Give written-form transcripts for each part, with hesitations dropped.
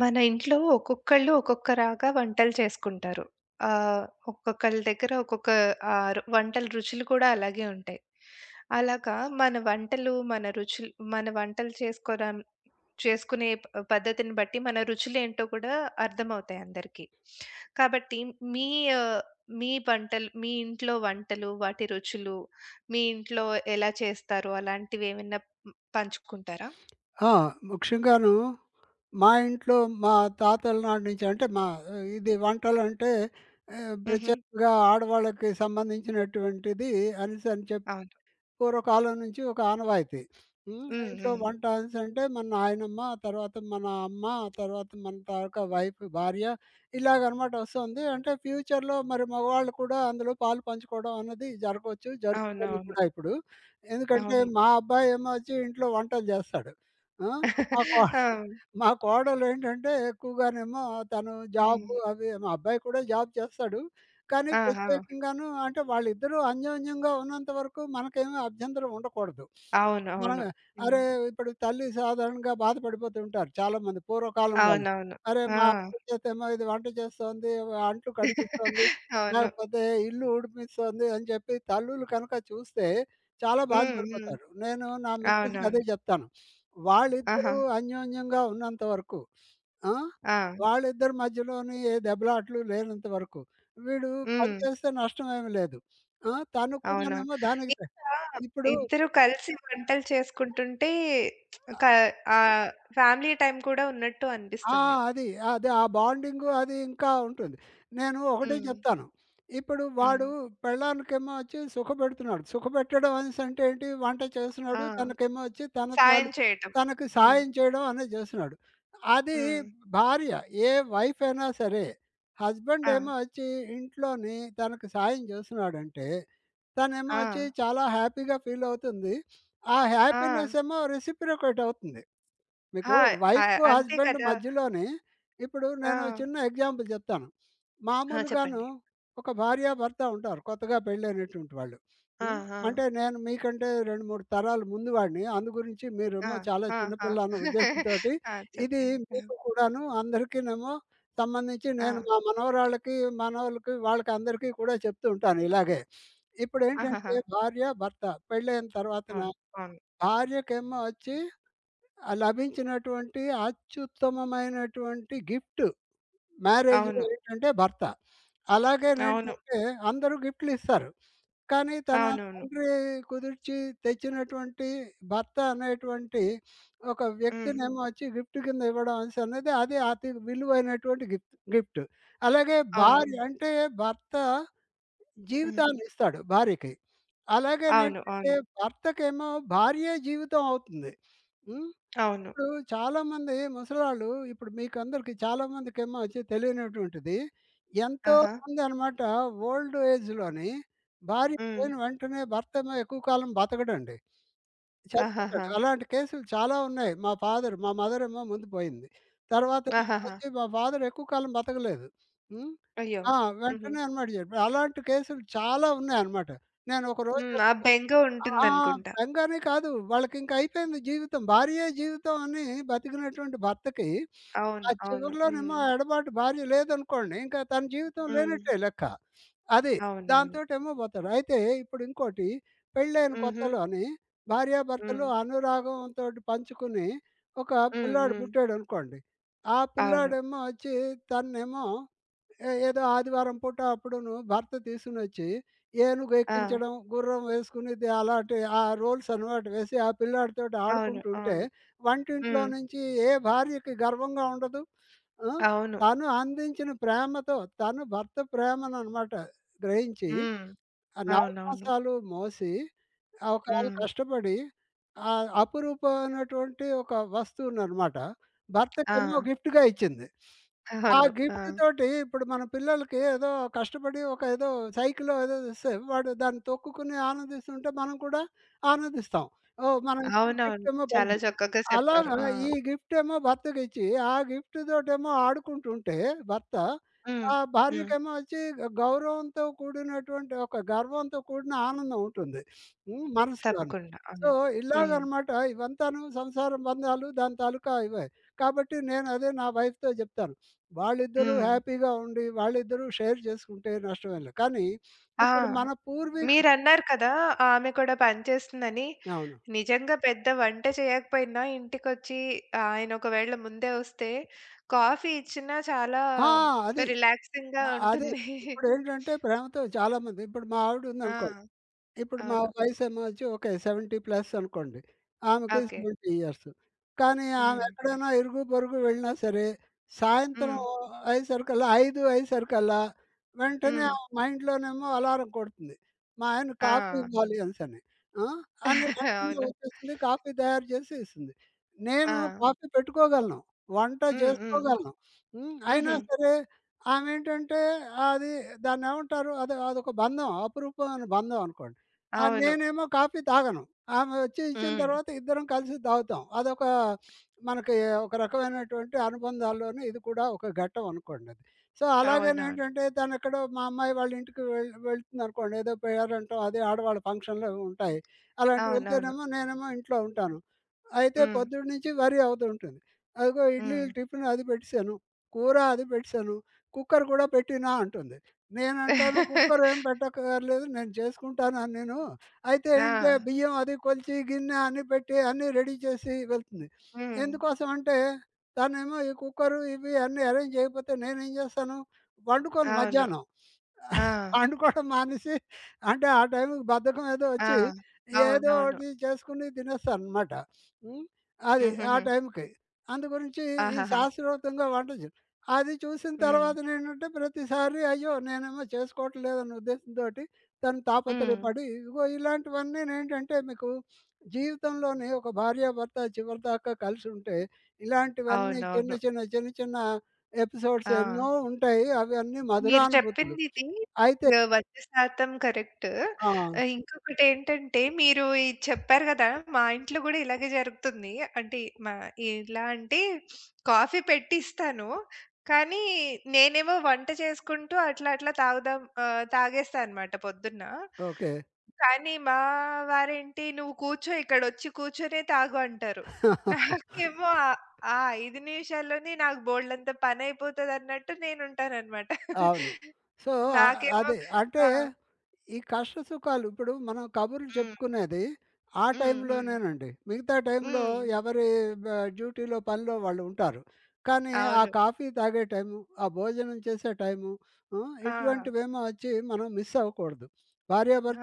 మన ఇంట్లో ఒక్కొక్కళ్ళు ఒక్కొక్కలాగా వంటలు చేసుకుంటారు. ఆహ్, ఒక్కొక్కళ్ళ దగ్గర ఒక్కొక్క ఆహ్, రు వంటల రుచులు కూడా అలాగే ఉంటాయి. అలాగా మన వంటలు, మన రుచులు, మన వంటలు చేసుకోడం చేసుకునే ప పద్ధతిని బట్టి మన రుచులేంటో కూడా అర్థమవుతాయి అందరికీ. కాబట్టి మీ ఆహ్, మీ వంటలు, మీ ఇంట్లో వంటలు, వాటి రుచులు, మీ ఇంట్లో ఎలా చేస్తారో అలాంటివేమన్నా పంచుకుంటారా? ఆ! ముఖ్యంగాను మా ఇంట్లో మా తాతల నాటి నుంచి అంటే మా ఇది వంటలంటే హుహు. ప్రత్యేకంగా ఆడవాళ్ళకి సంబంధించినటువంటిది అనేసి అని చెప్పి అవును. పూర్వకాలం నుంచి ఒక ఆనవాయితీ. హ్మ్. హ్మ్. ఇంట్లో హ్మ్. వంట అనేసంటే మన నాయనమ్మ, తర్వాత మన అమ్మ, తర్వాత మన తాలూకా వైఫ్ భార్య ఇలాగనమాట వస్తుంది. అంటే ఫ్యూచర్‌లో మరి మగవాళ్ళు కూడా అందులో పాలు పంచుకోవడం అన్నది జరగవచ్చు. జరుగుతుంది అవునవును. కూడా ఇప్పుడు. ఎందుకంటే అవును. మా అబ్బాయేమో వచ్చి ఇంట్లో వంటలు చేస్తాడు. ఆ! మాకు ఆ! మా కోడలేంటంటే ఎక్కువగానేమో తను జాబు హ్మ్. అవి మా అబ్బాయి కూడా జాబ్ చేస్తాడు. కానీ ఆ! ఆ! ప్రత్యేకంగాను అంటే వాళ్ళిద్దరూ అన్యోన్యంగా ఉన్నంత వరకు మనకేమి అభ్యంతరం ఉండకూడదు. అవును. మనం అవును. హ్మ్. అరే! ఇప్పుడు తల్లి సాధారణంగా బాధపడిపోతూ ఉంటారు చాలామంది పూర్వకాలం వాళ్ళు. అవునవును. అరే! ఆ! మా అప్పుచేతేమో ఇది వంట చేస్తోంది, అంట్లు కడిగిస్తోంది, అవును. లేకపోతే ఇల్లు ఉడిపిస్తోంది అని చెప్పి తల్లులు కనుక చూస్తే చాలా హ్మ్. హ్మ్. బాధపడిపోతారు. నేను నా మిసెస్‌కి అదే అవునవును. చెప్తాను. ఆహా! వాళ్ళిద్దరూ అన్యోన్యంగా ఉన్నంత వరకు ఆ! ఆ! వాళ్ళిద్దరి మధ్యలోని ఏ దెబ్బలాటలు లేనంత వరకు. వీడు పని హ్మ్. చేస్తే నష్టం ఏమి లేదు. ఆ! తను అవునవును. కూడానేమో దానికి త ఇంకా ఇప్పుడు ఇద్దరు కలిసి వంటలు చేసుకుంటుంటే క ఆహ్, ఫ్యామిలీ టైమ్ కూడా ఉన్నట్టు ఆ! అనిపిస్తుంది. అది. అది ఆ బాండింగు అది ఇంకా ఉంటుంది. నేను ఒకటే హ్మ్. చెప్తాను. ఇప్పుడు హ్మ్. వాడు పెళ్ళానికేమో వచ్చి సుఖపెడుతున్నాడు. సుఖపెట్టడం అనేసంటే ఏంటి? వంట ఆ! చేస్తున్నాడు. తనకేమో వచ్చి తన సాయం తాలు చేయటం. తనకి హ్మ్. సాయం చేయడం అనేది చేస్తున్నాడు. అది హ్మ్. భార్య ఏ వైఫ్ అయినా సరే, హస్బెండ్ ఆ! ఏమో వచ్చి ఇంట్లోని తనకి సాయం చేస్తున్నాడంటే, తనేమో ఆ! వచ్చి చాలా హ్యాపీగా ఫీల్ అవుతుంది. ఆ ఆ! హ్యాపీనెస్ ఏమో రెసిప్రొకేట్ అవుతుంది. మీకు ఆ! ఆహ్, వైఫ్, అంతే హస్బెండ్ కదా! మధ్యలోనే ఇప్పుడు ఆ! నేను చిన్న ఎగ్జాంపుల్ చెప్తాను. ఆ! మామూలుగాను చెప్పండి. ఒక భార్యాభర్త ఉంటారు. కొత్తగా పెళ్ళైనటువంటి వాళ్ళు. ఆ! హ్మ్. ఆ! అంటే నేను మీకంటే 2, 3 తరాలు ముందు వాడిని. అందుగురించి ఆ! మీరేమో చాలా ఆ! చిన్న ఆ! పిల్ల అన్న ఉద్దేశంతోటి ఆ! ఇది చెప్పండి. ఆ! మీకు కూడాను అందరికీనేమో సంబంధించి ఆ! నేను మా మనవరాళ్ళకి, మనవళ్ళకి వాళ్ళకి అందరికీ కూడా చెప్తూ ఉంటాను ఇలాగే. ఆహాహా! ఇప్పుడేంటంటే భార్య, భర్త పెళ్ళైన తర్వాతన అవును. అవును. భార్యకేమో వచ్చి ఆ లభించినటువంటి అత్యుత్తమమైనటువంటి గిఫ్ట్ మ్యారేజ్‌లో అవును. ఏంటంటే భర్త. అవును. అలాగేనేంటంటే అందరూ గిఫ్ట్‌లు ఇస్తారు. కానీ తన అవునవును. తండ్రి కుదిర్చి తెచ్చినటువంటి భర్త అనేటువంటి ఒక హ్మ్. వ్యక్తినేమో వచ్చి గిఫ్ట్ కింద ఇవ్వడం అనేసన్నది అది అతి విలువైనటువంటి గిఫ్ట్ గిఫ్ట్. అలాగే అవును. భార్య హ్మ్. అంటే భర్త హ్మ్. జీవితాన్ని ఇస్తాడు భార్యకి. అవును. అలాగేనేంటంటే అవును. భర్తకేమో భార్యే జీవితం అవుతుంది. హ్మ్. అవును. ఇప్పుడు చాలామంది ముసలాళ్ళు ఇప్పుడు మీకు అందరికి చాలామందికేమో వచ్చి తెలియనటువంటిది. ఎంతో ఆహా! మంది అనమాట ఓల్డ్ ఏజ్‌లోని భార్య హ్మ్. పోయిన వెంటనే భర్తేమో ఎక్కువ కాలం బతకడండి. ఆహాహా! చనిపోతాడు. అలాంటి కేసులు చాలా ఉన్నాయి. మా ఫాదర్ మా మదర్ ఏమో ముందు పోయింది. తర్వాత ఏమో ఆహాహా! వచ్చి మా ఫాదర్ ఎక్కువ కాలం బతకలేదు. హ్మ్. అయ్యో! ఆ! హుహు. వెంటనే అనమాట చెప్పారు. అలాంటి కేసులు చాలా ఉన్నాయన్నమాట. నేను ఒకరోజు హ్మ్. ఆ బెంగ ఆ! ఉంటుందనుకుంటా. బెంగనే కాదు. వాళ్ళకింక అయిపోయింది జీవితం. భార్యే జీవితం అని బతికినటువంటి భర్తకి, ఆ అవును. అవును. హ్మ్. చివరిలోనేమో ఆ ఎడబాటు భార్య లేదనుకోండి, ఇంకా తన జీవితం హ్మ్. హ్మ్. లేనట్టే లెక్క. అది. అవునవును. దాంతోటేమో పోతాడు. అయితే ఇప్పుడు ఇంకోటి పెళ్ళైన హుహు. కొత్తలోని భార్యాభర్తలు హ్మ్. అనురాగంతోటి పంచుకుని, ఒక హ్మ్. పిల్లాడు హ్మ్. పుట్టాడనుకోండి. ఆ అవును. పిల్లాడేమో వచ్చి తననేమో ఏ ఏదో ఆదివారం పూట అప్పుడును భర్త తీసుకొనొచ్చి, ఏనుగు ఆ! ఎక్కించడం, గుర్రం వేసుకుని ది అలాంటి ఆ రోల్స్ అనమాట వేసి, ఆ పిల్లాడితోటి అవును. ఆడుకుంటుంటే, అవును. వంటింట్లో హ్మ్. నుంచి ఏ భార్యకి గర్వంగా ఉండదు? ఆ! అవును. తను అందించిన ప్రేమతో, తను భర్త ప్రేమననమాట గ్రహించి, హ్మ్. ఆ 4 అవునవును. మాసాలు మోసి ఒక హ్మ్. కష్టపడి అపురూపమైనటువంటి ఒక వస్తువుననమాట. ఆ! భర్తకేమో గిఫ్ట్‌గా ఇచ్చింది. ఆ అవును. ఆ! గిఫ్ట్ తోటి ఇప్పుడు మన పిల్లలకి ఏదో కష్టపడి ఒక ఏదో సైకిలో ఏదో తెస్తే వాడు దాన్ని తొక్కుకొని ఆనందిస్తుంటే మనం కూడా ఆనందిస్తాం. ఓహ్! మనం ఇచ్చిన గిఫ్ట్ అవునవును. ఏమో చాలా బాగుంది. చక్కగా చెప్పారు. ఆ! అలాగా ఈ గిఫ్ట్ ఏమో భర్తకిచ్చి, ఆ గిఫ్ట్ తోటేమో ఆడుకుంటుంటే భర్త, హ్మ్. ఆ హ్మ్. హ్మ్. భార్యకేమో వచ్చి గ- గౌరవంతో కూడినటువంటి ఒక గర్వంతో కూడిన ఆనందం ఉంటుంది. హ్మ్. మనసులోని. తప్పకుండా. సో, అవును. హ్మ్. ఇలాగనమాట ఇవంతాను సంసార బంధాలు దాని తాలూకా ఇవే. కాబట్టి నేనదే నా వైఫ్‌తో చెప్తాను. వాళ్ళిద్దరూ హ్మ్. హ్యాపీగా ఉండి, వాళ్ళిద్దరూ షేర్ చేసుకుంటే నష్టమేం లేదు. కానీ ఆ! ఇప్పుడు మన పూర్వీకు మీరన్నారు కదా! ఆమె కూడా పనిచేస్తుందని. అవును. నిజంగా పెద్ద వంట చేయకపోయినా ఇంటికొచ్చి ఆయన ఒకవేళ ముందే వస్తే కాఫీ ఇచ్చినా చాలా ఆ! అది. రిలాక్సింగ్‌గా ఆ! అది. ఉంటుంది. ఇప్పుడేంటంటే ప్రేమతో చాలామంది ఇప్పుడు మా ఆవిడుందనుకో, ఆ! ఇప్పుడు మా అవును. వయసేమో వచ్చి ఓకే 70 ప్లస్ అనుకోండి. ఆమెకి ఓకే. 70 ఇయర్స్. కానీ ఆమె హ్మ్. ఎక్కడైనా ఇరుగు, పొరుగు వెళ్ళినా సరే సాయంత్రం హ్మ్. అయ్యేసరికల్లా 5 అయ్యేసరికల్లా వెంటనే హ్మ్. ఆమె మైండ్‌లోనేమో అలారం కొడుతుంది. మా ఆయన కాఫీ ఆ! ఇవ్వాలి అనేసని. ఆ! అని వెంటనే అవును. వచ్చేస్తుంది కాఫీ తయారు చేసి ఇస్తుంది. ఆ! నేను కాఫీ పెట్టుకోగలను. వంట హ్మ్. హ్మ్. చేసుకోగలను. హ్మ్. హుహు. అయినా సరే ఆమేంటంటే అది దాన్నేమంటారు? అది అదొక బంధం. అపురూపమైన బంధం అనుకోండి. ఆ! అవును. నేనేమో కాఫీ తాగను. ఆమె వచ్చి ఇచ్చిన హ్మ్. తర్వాత ఇద్దరం కలిసి తాగుతాం. అదొక మనకి ఒక రకమైనటువంటి అనుబంధాల్లోనే ఇది కూడా ఒక ఘట్టం అనుకోండి అది. సో, అవునవును. అలాగనేంటంటే తనెక్కడో మా అమ్మాయి వాళ్ళ ఇంటికి వెళ్ వెళ్తుందనుకోండి. ఏదో పేరంటం అది ఆడవాళ్ళ ఫంక్షన్‌లు అవి ఉంటాయి. అలాంటివి అవునవును. వెళ్తేనేమో నేనేమో ఇంట్లో ఉంటాను. అయితే హ్మ్. పొద్దున్న నుంచి వరి అవుతూ ఉంటుంది. అదిగో ఇడ్లీ హ్మ్. టిఫిన్ అది పెట్టేసాను. కూర అది పెట్టేసాను. కుక్కర్ కూడా పెట్టినా అంటుంది. నేనంటాను కుక్కర్ ఏం పెట్టక్కర్లేదు. నేను చేసుకుంటానని నేను. అయితే ఆ! ఏంటే బియ్యం అది కొలిచి, గిన్నె అన్నీ పెట్టి అన్నీ రెడీ చేసి వెళ్తుంది. హ్మ్. ఎందుకోసం అంటే తనేమో ఈ కుక్కరు ఇవి అన్నీ అరేంజ్ చేయకపోతే నేనేం చేస్తాను వండుకోను అవును. మధ్యాహ్నం. ఆ! వండుకోవడం మానేసి అంటే ఆ టైంకి బద్ధకం ఏదో ఆ! వచ్చి ఏదో అవునవును. ఒకటి చేసుకుని తినేస్తాననమాట. హ్మ్. అది ఆ హుహుహు. టైంకి. అందు గురించి ఈ ఆహాహా! శాస్త్రోక్తంగా వంట అది చూసిన హ్మ్. తర్వాత నేనంటే ప్రతిసారి అయ్యో! నేనేమో చేసుకోవట్లేదన్న ఉద్దేశంతోటి తను హ్మ్. తాపత్రయపడి, ఇదిగో ఇలాంటివన్నీనేంటంటే మీకు జీవితంలోని ఒక భార్యాభర్త చివరిదాకా కలిసుంటే, ఇలాంటివన్నీ చిన్న, అవునవును. చిన్న, చిన్న, చిన్న ఎపిసోడ్స్ ఆ! ఎన్నో ఉంటాయి. అవన్నీ మీరు మధురానుభూతులు. చెప్పిందిది అయితే 100% కరెక్ట్. ఆ! ఇంకొకటేంటంటే మీరు ఇది చెప్పారు గదా! మా ఇంట్లో గూడా ఇలాగే జరుగుతుంది. అంటే మా ఎలా అంటే కాఫీ పెట్టిస్తాను. కానీ నేనేమో వంట చేసుకుంటూ అట్లా అట్లా తాగుదాం, తాగేస్తా అనమాట పొద్దున్న. ఓకే. కానీ మా వారేంటి "నువ్వు కూర్చో, ఇక్కడొచ్చి కూర్చొనే తాగు" అంటారు. నాకేమో ఆ ఆ 5 నిమిషాల్లోనే నాకు బోలెడంత పనయిపోతదన్నట్టు నేనుంటాననమాట. అవును. సో, అ నాకేమో అదే. అంటే ఆ! ఈ కష్ట సుఖాలు ఇప్పుడు మనం కబుర్లు హ్మ్. చెప్పుకునేది ఆ హ్మ్. హ్మ్. టైంలోనేనండి. మిగతా టైంలో హ్మ్. ఎవరి బ డ్యూటీలో, పనిలో వాళ్ళు ఉంటారు. కానీ ఆ అవును. కాఫీ తాగే టైము, ఆ భోజనం చేసే టైము హ్మ్, ఆ! ఇటువంటివేమో వచ్చి మనం మిస్ అవ్వకూడదు.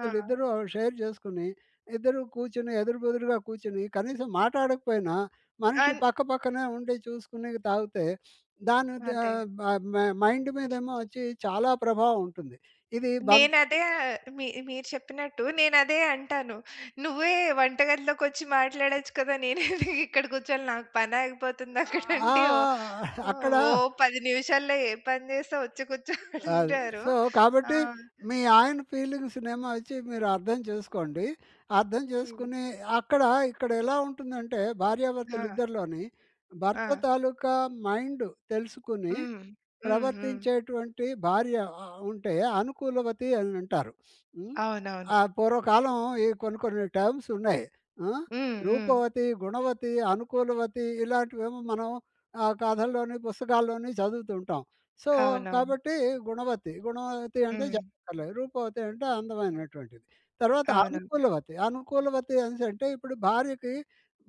ఆ! ఇద్దరూ షేర్ చేసుకుని, ఇద్దరూ కూర్చొని ఎదురుబెదురుగా కూర్చొని కనీసం మాట్లాడకపోయినా మనిషి అన్ పక్క పక్కనే ఉండి చూసుకుని తాగితే దాని ద అదే. మ మ మైండ్ మీదేమో వచ్చి చాలా ప్రభావం ఉంటుంది. ఇది బం నేనదే మీరు చెప్పినట్టు నేనదే అంటాను. "నువ్వే వంటగదిలోకొచ్చి మాట్లాడొచ్చు కదా! నేనెందుకు ఇక్కడ కూర్చొని? నాకు పనాగిపోతుంది అక్కడంటే." ఆ! అక్కడ "ఓ 10 నిమిషాల్లో ఏ పని చేస్తావు? వచ్చి కూర్చో" ఆహ్, అంటారు. సో, ఆ! కాబట్టి మీ ఆయన ఫీలింగ్స్‌నేమో వచ్చి మీరు అర్థం చేసుకోండి. అర్థం హ్మ్. చేసుకుని అక్కడ ఇక్కడ ఎలా ఉంటుందంటే ఆ! భార్యాభర్తలిద్దరిలోని ఆ! భర్త తాలూకా మైండ్ తెలుసుకుని హ్మ్. హ్మ్. హ్మ్. ప్రవర్తించేటువంటి భార్య ఉంటే అనుకూలవతి అని అంటారు. హ్మ్. అవునవును. ఆ పూర్వకాలం ఈ కొన్ని కొన్ని టర్మ్స్ ఉన్నాయి. ఆ! హ్మ్. హ్మ్. రూపవతి, గుణవతి, అనుకూలవతి ఇలాంటివేమో మనం కథల్లోని, పుస్తకాల్లోని చదువుతూ ఉంటాం. సో, అవునవును. కాబట్టి గుణవతి. గుణవతి అంటే హ్మ్. చెప్పక్కర్లేదు. రూపవతి అంటే అందమైనటువంటిది. తర్వాత అవును. అనుకూలవతి. అనుకూలవతి అనేసంటే ఇప్పుడు భార్యకి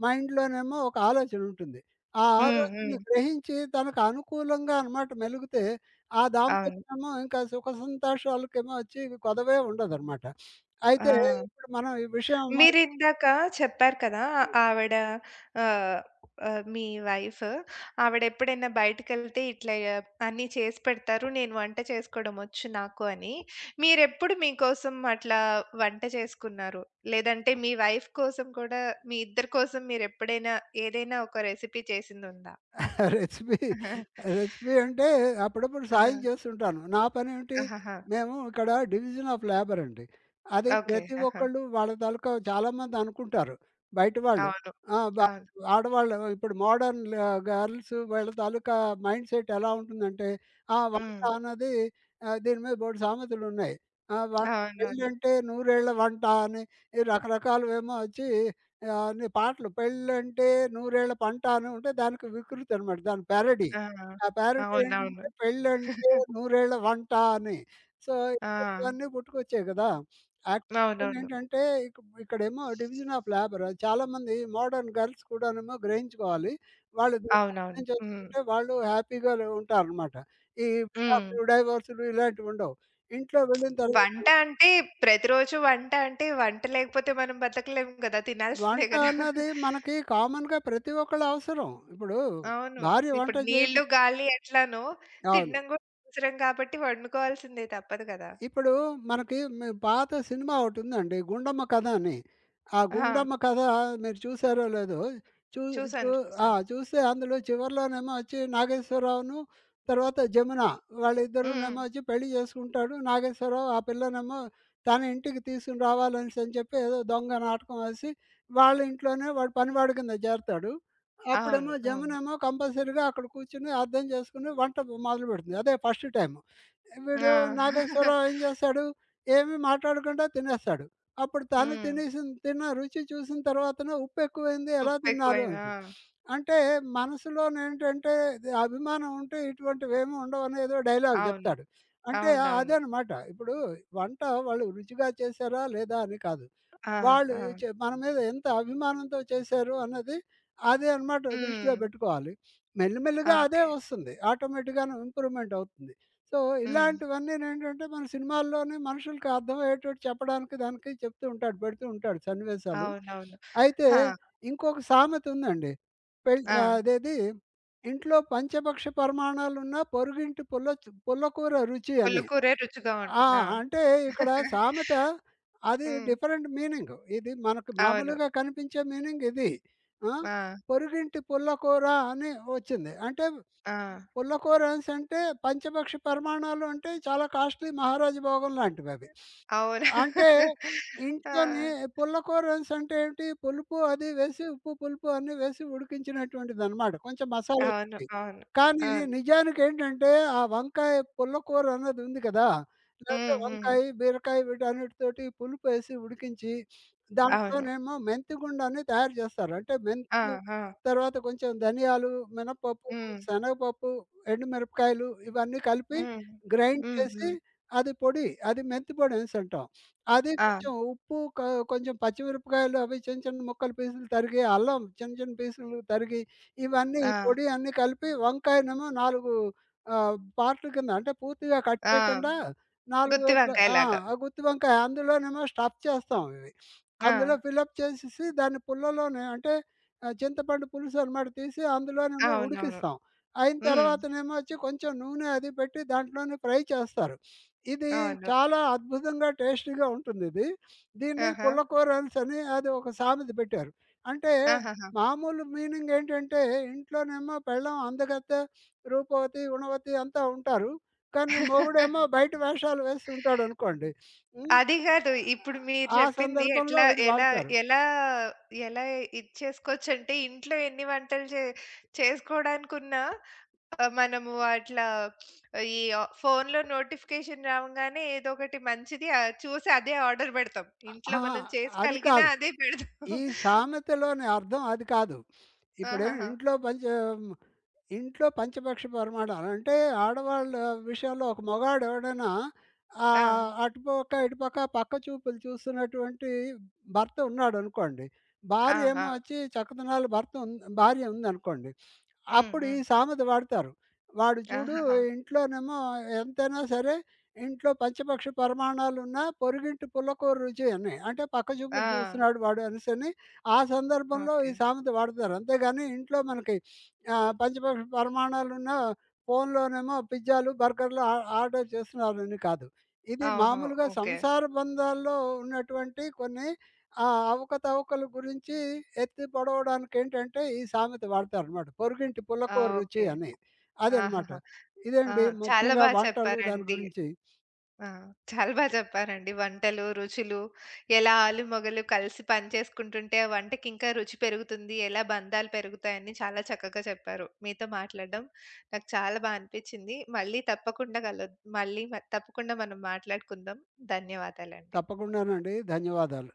మైండ్‌లోనేమో ఒక ఆలోచన ఉంటుంది. ఆ హ్మ్. ఆలోచన హ్మ్. గ్రహించి తనకు అనుకూలంగా అనమాట మెలిగితే, ఆ అవును. దాంపత్యమేమో ఇంకా సుఖ సంతోషాలకేమో వచ్చి కొదవే ఉండదనమాట. ఆ! అయితే ఇప్పుడు మనం ఈ విషయం మీరిందాక చెప్పారు కదా! ఆవిడ ఆహ్, ఆహ్, మీ వైఫ్, ఆవిడెప్పుడైనా బయటికెళ్తే ఇట్లా ఆ, అన్నీ చేసి పెడతారు. నేను వంట చేసుకోవడం వచ్చు నాకు అని. మీరెప్పుడు మీకోసం అట్లా వంట చేసుకున్నారు? లేదంటే మీ వైఫ్ కోసం కూడా, మీ ఇద్దరి కోసం మీరెప్పుడైనా ఏదైనా ఒక రెసిపీ చేసిందుందా? రెసిపీ రెసిపీ అంటే అప్పుడప్పుడు ఆ! సాయం చేస్తుంటాను. నా పనేంటి, ఆహాహా! మేము ఇక్కడ డివిజన్ ఆఫ్ లేబర్ అండి. అది ఓకే. ప్రతి ఆహా! ఒక్కళ్ళు వాళ్ళ తాలూకా చాలామంది అనుకుంటారు. బయట వాళ్ళు. అవును. ఆ! బ అవును. ఆడవాళ్ళు ఇప్పుడు మోడర్న్ ల గర్ల్స్ వీళ్ళ తాలూకా మైండ్ సెట్ ఎలా ఉంటుందంటే, ఆ! వంట హ్మ్. అన్నది దీని మీద బోలెడు సామెతలున్నాయి. ఆ! వ అవునవును. పెళ్ళంటే నూరేళ్ల వంట అని ఈ రకరకాలవేమో వచ్చి అన్ని పాటలు పెళ్ళంటే నూరేళ్ల పంట అని ఉంటే దానికి వికృతి అనమాట. దాని ప్యారడీ. ఆ! ఆ ప్యారడీ అవునవును. ఏంటంటే పెళ్ళంటే నూరేళ్ల వంట అని. సో, ఆ! ఇలాంటివన్నీ పుట్టుకొచ్చాయి కదా! యాక్చువల్‌గా అవునవును. ఏంటంటే ఇక ఇక్కడేమో డివిజన్ ఆఫ్ లేబర్. అది చాలామంది మోడర్న్ గర్ల్స్ కూడానేమో గ్రహించుకోవాలి. వాళ్ళు దీన్ని అర్థం అవునవును. హ్మ్. చేసుకుంటే వాళ్ళు హ్యాపీగా ఉంటారనమాట. ఈ హ్మ్. విడాకులు, డైవోర్స్‌లు ఇలాంటివి ఉండవు. ఇంట్లో వెళ్ళిన తర్వాత వంట అంటే, వంట లేకపోతే మనం బతకలేము గదా! తినాల్సిందే వంట గదా! అన్నది మనకి కామన్‌గా ప్రతి ఒక్కళ్ళ అవసరం. ఇప్పుడు అవును. భార్య వంట ఇప్పుడు చేయబో నీళ్ళు, గాలి ఎట్లానో అవును. తినడం గూడా అవసరం కాబట్టి వండుకోవాల్సిందే, తప్పదు గదా! ఇప్పుడు మనకి మీ పాత సినిమా ఒకటుందండి. 'గుండమ్మ కథ' అని. ఆ ఆ! 'గుండమ్మ కథ' మీరు చూసారో లేదో చూ చూ చూసాను. ఆ! చూసాను. చూస్తే అందులో చివరిలోనేమో వచ్చి నాగేశ్వరరావును, తర్వాత జమున హ్మ్. వాళ్ళిద్దరూనేమో వచ్చి పెళ్లి చేసుకుంటాడు. నాగేశ్వరరావు ఆ పిల్లనేమో తన ఇంటికి తీసుకొని రావాలనేసి అని చెప్పి ఏదో దొంగ నాటకం వేసి వాళ్ళ ఇంట్లోనే వాడు పనివాడి కింద చేరతాడు. అవును. అప్పుడేమో అవును. జమునేమో కంపల్సరీగా అక్కడ కూర్చొని అర్థం చేసుకొని వంట మొదలుపెడుతుంది. అదే ఫస్ట్ టైమ్. వీడు ఆ! నాగేశ్వరరావు ఏం చేస్తాడు? ఏమి మాట్లాడకుండా తినేస్తాడు. అప్పుడు తను హ్మ్. తిన్న రుచి చూసిన తర్వాతన ఉప్పెక్కువైంది ఎలా తిన్నారు ఉప్పెక్కువైనా. అని. ఆ! అంటే మనసులోనేంటంటే ఇది అభిమానం ఉంటే ఇటువంటివేమి ఉండవని ఏదో డైలాగ్ అవును. జెప్తాడు. అంటే అవునవును. అదనమాట. ఇప్పుడు వంట వాళ్ళు రుచిగా చేశారా? లేదా? అని కాదు. ఆ! వాళ్ళు ఆ! చే మన మీద ఎంత అభిమానంతో చేశారు అన్నది అదే అనమాట దృష్టిలో హ్మ్. పెట్టుకోవాలి. మెల్లిమెల్లిగా అదే ఓకే. వస్తుంది. ఆటోమేటిక్‌గాను ఇంప్రూవ్‌మెంట్ అవుతుంది. సో, హ్మ్. ఇలాంటివన్నీనేంటంటే మన సినిమాల్లోనే మనుషులకి అర్థమయ్యేటట్టు చెప్పడానికి దానికి చెప్తూ ఉంటాడు. పెడుతూ ఉంటాడు సన్నివేశాలు. అవునవును. అయితే ఆ! ఇంకొక సామెతుందండి. పెళ్ ఆ! అదేది ఇంట్లో పంచభక్ష పరిమాణాలున్నా పొరుగింటి పుల్లకూర రుచి అని. పుల్లకూరే రుచిగా ఆ! ఉంటుంది. ఆ! అంటే ఇక్కడ సామెత అది హ్మ్. Different meaning. ఇది మనకు అవును. మామూలుగా కనిపించే మీనింగ్ ఇది. ఆ! ఆ! పొరుగింటి పుల్లకూర అని వచ్చింది. అంటే ఆ! పుల్లకూరన్స్ అంటే పంచపక్షి పరిమాణాలు అంటే చాలా కాస్ట్‌లీ మహారాజ భోగం లాంటివవి. అవును. అంటే ఆ! ఇంట్లోని పుల్లకూర అనేసి అంటే ఏంటి? పులుపు అది వేసి ఉప్పు, పులుపు అన్నీ వేసి ఉడికించినటువంటిదనమాట. కొంచెం మసాలా అవును. పెట్టి. అవును. కానీ అవును. నిజానికేంటంటే, ఆ వంకాయ పుల్లకూర అన్నది ఉంది కదా! లేతే హ్మ్. హ్మ్. వంకాయ, బీరకాయ వీటన్నిటితోటి పులుపేసి ఉడికించి, అవును. దాంట్లోనేమో మెంతిగుండని తయారు చేస్తారు. అంటే ఆ! మెంతులు, ఆ! తర్వాత కొంచెం ధనియాలు, మినపప్పు, హ్మ్. శనగపప్పు, ఎండుమిరపకాయలు ఇవన్నీ కలిపి హ్మ్. గ్రైండ్ హ్మ్. చేసి హ్మ్. అది పొడి. అది మెంతి పొడనేసంటాం. అది కొంచెం ఆ! ఉప్పు, క కొంచెం పచ్చిమిరపకాయలు అవి చిన్న చిన్న ముక్కలు పీసులు తరిగి, అల్లం చిన్న చిన్న పీసులు తరిగి, ఇవన్నీ ఆ! ఈ పొడి అన్నీ కలిపి వంకాయనేమో 4 పార్ట్‌ల కింద అంటే పూర్తిగా కట్ ఆ! చేయకుండా 4 గుత్తి వైపులా ఆ! వంకాయలాగా. ఆ గుత్తి వంకాయ అందులోనేమో స్టఫ్ చేస్తాం ఇవి. ఆ! అందులో ఫిలప్ చేసేసి దాన్ని పుల్లలోనే అంటే చింతపండు పులుసు అనమాట తీసి అందులోనేమో అవునవును. ఉడికిస్తాం. అయిన హ్మ్. తర్వాతనేమో వచ్చి కొంచెం నూనె అది పెట్టి దాంట్లోనే ఫ్రై చేస్తారు. ఇది అవును. చాలా అద్భుతంగా టేస్టీగా ఉంటుందిది. దీన్ని ఆహా! పుల్లకూర అనేసని అది ఒక సామెత పెట్టారు. అంటే ఆహాహా! మామూలు మీనింగ్ ఏంటంటే ఇంట్లోనేమో పెళ్ళాం అందగత్తె, రూపవతి, గుణవతి అంతా ఉంటారు. కానీ మొగుడేమో బయట వేషాలు వేస్తుంటాడనుకోండి. హ్మ్. అది గాదు. ఇప్పుడు మీరు ఆ చెప్పింది సందర్భంలో ఎట్లా ఇది ఎలా వాడతారు. ఎలా ఎలా ఇచ్చేసుకోవచ్చంటే, ఇంట్లో ఎన్ని వంటలు చేసుకోవడానికున్నా మనము అట్లా ఈ ఫోన్‌లో నోటిఫికేషన్ రావంగానే ఏదో ఒకటి మంచిది చూసి అదే ఆర్డర్ పెడతాం. ఇంట్లో అహా! మనం చేసి అది కలిగినా కాదు. అదే పెడతాం. ఈ సామెతలోని అర్థం అది కాదు. ఇప్పుడేం ఆహాహా! ఇంట్లో పనిచే ఇంట్లో పంచపక్ష పరమాణాలు అంటే ఆడవాళ్ళ విషయంలో ఒక మగాడు ఎవడైనా ఆ! అటుపక్క, ఇటుపక్క పక్క చూపులు చూస్తున్నటువంటి భర్త ఉన్నాడనుకోండి. ఆ! భార్య ఏమో ఆ! వచ్చి చక్కదనాల భర్త ఉం భార్య ఉందనుకోండి. హ్మ్. అప్పుడు ఈ హ్మ్. సామెత వాడతారు. వాడు చూడు ఆహాహా! ఇంట్లోనేమో ఎంతైనా సరే ఇంట్లో పంచపక్షి పరిమాణాలున్నా పొరుగింటి పుల్లకూర రుచి అని. అంటే పక్క ఆ! చూపులు చూస్తున్నాడు వాడు అనేసని ఆ సందర్భంలో ఓకే. ఈ సామెత వాడతారు. అంతేగాని ఇంట్లో మనకి పంచపక్షి పరిమాణాలున్నా ఫోన్‌లోనేమో పిజ్జాలు, బర్గర్‌లు ఆ ఆర్డర్ చేస్తున్నారని కాదు. ఇది ఓహో! మామూలుగా ఓకే. సంసార బంధాల్లో ఉన్నటువంటి కొన్ని ఆ! అవకతవకల గురించి ఎత్తి పొడవడానికేంటంటే, ఈ సామెత వాడతారనమాట. పొరుగింటి ఆ! పుల్లకూర రుచి ఓకే. అని. అదనమాట. ఆహాహా! ఆ! ఇదండి చాలా ముఖ్యంగా బా వంటలు దాని చెప్పారండి. గురించి. ఆ! చాలా బా చెప్పారండి. వంటలు, రుచులు, ఎలా ఆలు, మొగలు కలిసి పని చేసుకుంటుంటే ఆ వంటకింకా రుచి పెరుగుతుంది, ఎలా బంధాలు పెరుగుతాయని చాలా చక్కగా చెప్పారు. మీతో మాట్లాడడం నాకు చాలా బా అనిపిచ్చింది. మళ్ళీ తప్పకుండా కలు మళ్ళీ మ తప్పకుండా మనం మాట్లాడుకుందాం. ధన్యవాదాలండి. తప్పకుండానండి. ధన్యవాదాలు.